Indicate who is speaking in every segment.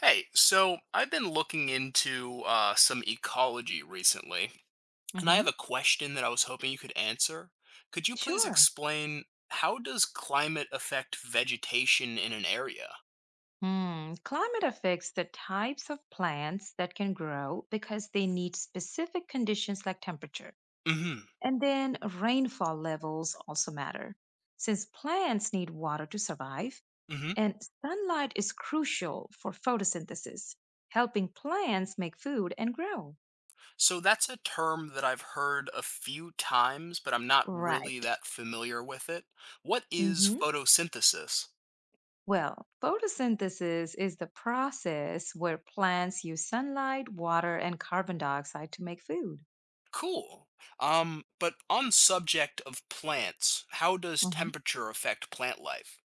Speaker 1: Hey, so I've been looking into some ecology recently, and I have
Speaker 2: hmm
Speaker 1: a question that I was hoping you could answer. Could you please
Speaker 2: Sure.
Speaker 1: explain how does climate affect vegetation in an area?
Speaker 2: Hmm. Climate affects the types of plants that can grow because they need specific conditions like temperature.
Speaker 1: hmm
Speaker 2: And then rainfall levels also matter. Since plants need water to survive,
Speaker 1: hmm
Speaker 2: and sunlight is crucial for photosynthesis, helping plants make food and grow.
Speaker 1: So that's a term that I've heard a few times, but I'm not really
Speaker 2: Right.
Speaker 1: that familiar with it. What is
Speaker 2: hmm
Speaker 1: photosynthesis?
Speaker 2: Well, photosynthesis is the process where plants use sunlight, water, and carbon dioxide to make food.
Speaker 1: Cool. But on subject of plants, how does temperature affect plant life?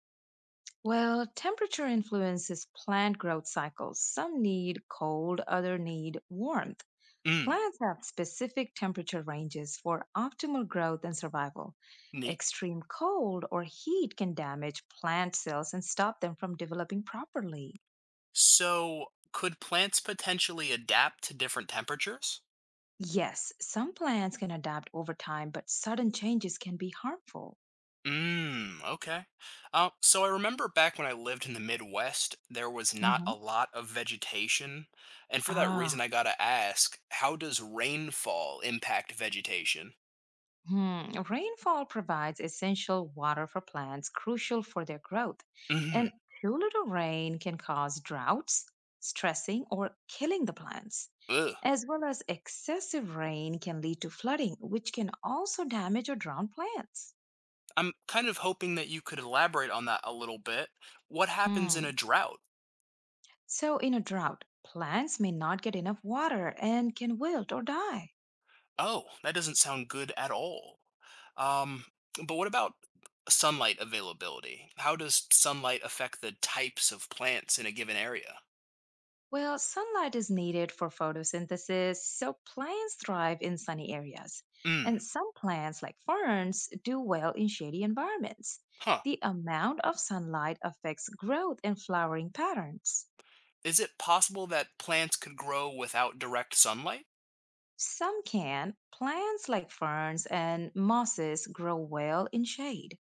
Speaker 2: Well, temperature influences plant growth cycles. Some need cold, other need warmth.
Speaker 1: Mm,
Speaker 2: Plants have specific temperature ranges for optimal growth and survival.
Speaker 1: neat.
Speaker 2: Extreme cold or heat can damage plant cells and stop them from developing properly.
Speaker 1: So, could plants potentially adapt to different temperatures?
Speaker 2: Yes, some plants can adapt over time, but sudden changes can be harmful.
Speaker 1: Mm, okay. So I remember back when I lived in the Midwest, there was not a
Speaker 2: Mhm.
Speaker 1: lot of vegetation. And for that reason,
Speaker 2: Ah,
Speaker 1: I gotta ask, how does rainfall impact vegetation?
Speaker 2: Rainfall provides essential water for plants, crucial for their growth.
Speaker 1: Mm-hmm.
Speaker 2: And too little rain can cause droughts, stressing, or killing the plants,
Speaker 1: Ugh.
Speaker 2: as well as excessive rain can lead to flooding, which can also damage or drown plants.
Speaker 1: I'm kind of hoping that you could elaborate on that a little bit. What happens in a
Speaker 2: Hmm.
Speaker 1: drought?
Speaker 2: So, in a drought, plants may not get enough water and can wilt or die.
Speaker 1: Oh, that doesn't sound good at all. Um, but what about sunlight availability? How does sunlight affect the types of plants in a given area?
Speaker 2: Well, sunlight is needed for photosynthesis, so plants thrive in sunny areas.
Speaker 1: Mm,
Speaker 2: And some plants, like ferns, do well in shady environments.
Speaker 1: huh.
Speaker 2: The amount of sunlight affects growth and flowering patterns.
Speaker 1: Is it possible that plants could grow without direct sunlight?
Speaker 2: Some can, plants like ferns and mosses grow well in shade.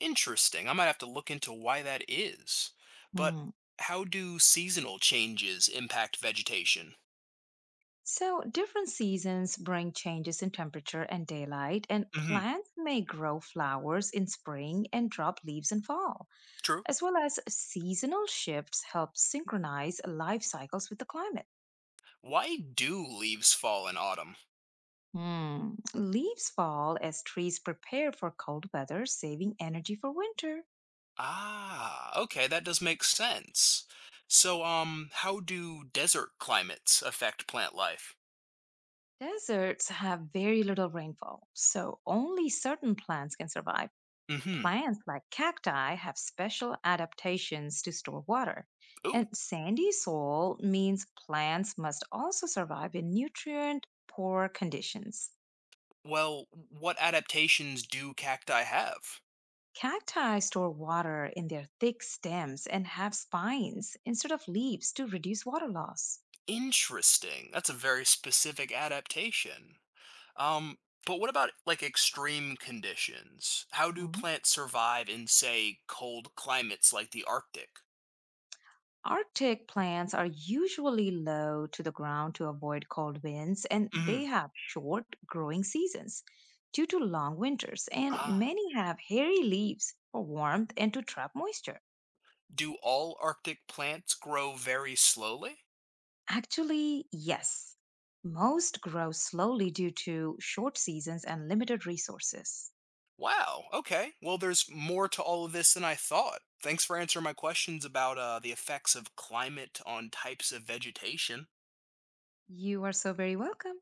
Speaker 1: Interesting. I might have to look into why that is. But
Speaker 2: Hmm.
Speaker 1: how do seasonal changes impact vegetation?
Speaker 2: So, different seasons bring changes in temperature and daylight, and
Speaker 1: hmm
Speaker 2: plants may grow flowers in spring and drop leaves in fall,
Speaker 1: True.
Speaker 2: as well as seasonal shifts help synchronize life cycles with the climate.
Speaker 1: Why do leaves fall in autumn?
Speaker 2: Leaves fall as trees prepare for cold weather, saving energy for winter.
Speaker 1: Ah, okay, that does make sense. So, how do desert climates affect plant life?
Speaker 2: Deserts have very little rainfall, so only certain plants can survive.
Speaker 1: Mm-hmm.
Speaker 2: Plants like cacti have special adaptations to store water,
Speaker 1: Ooh,
Speaker 2: and sandy soil means plants must also survive in nutrient poor conditions.
Speaker 1: well, what adaptations do cacti have?
Speaker 2: Cacti store water in their thick stems and have spines instead of leaves to reduce water loss.
Speaker 1: Interesting. That's a very specific adaptation. Um, but what about like extreme conditions? How do
Speaker 2: Mm,
Speaker 1: plants survive in, say, cold climates like the Arctic?
Speaker 2: Arctic plants are usually low to the ground to avoid cold winds, and they
Speaker 1: Mm-hmm.
Speaker 2: have short growing seasons due to long winters, and
Speaker 1: Ah,
Speaker 2: many have hairy leaves for warmth and to trap moisture.
Speaker 1: do all Arctic plants grow very slowly?
Speaker 2: Actually, yes, most grow slowly due to short seasons and limited resources.
Speaker 1: Wow. Okay. Well, there's more to all of this than I thought. Thanks for answering my questions about the effects of climate on types of vegetation.
Speaker 2: You are so very welcome.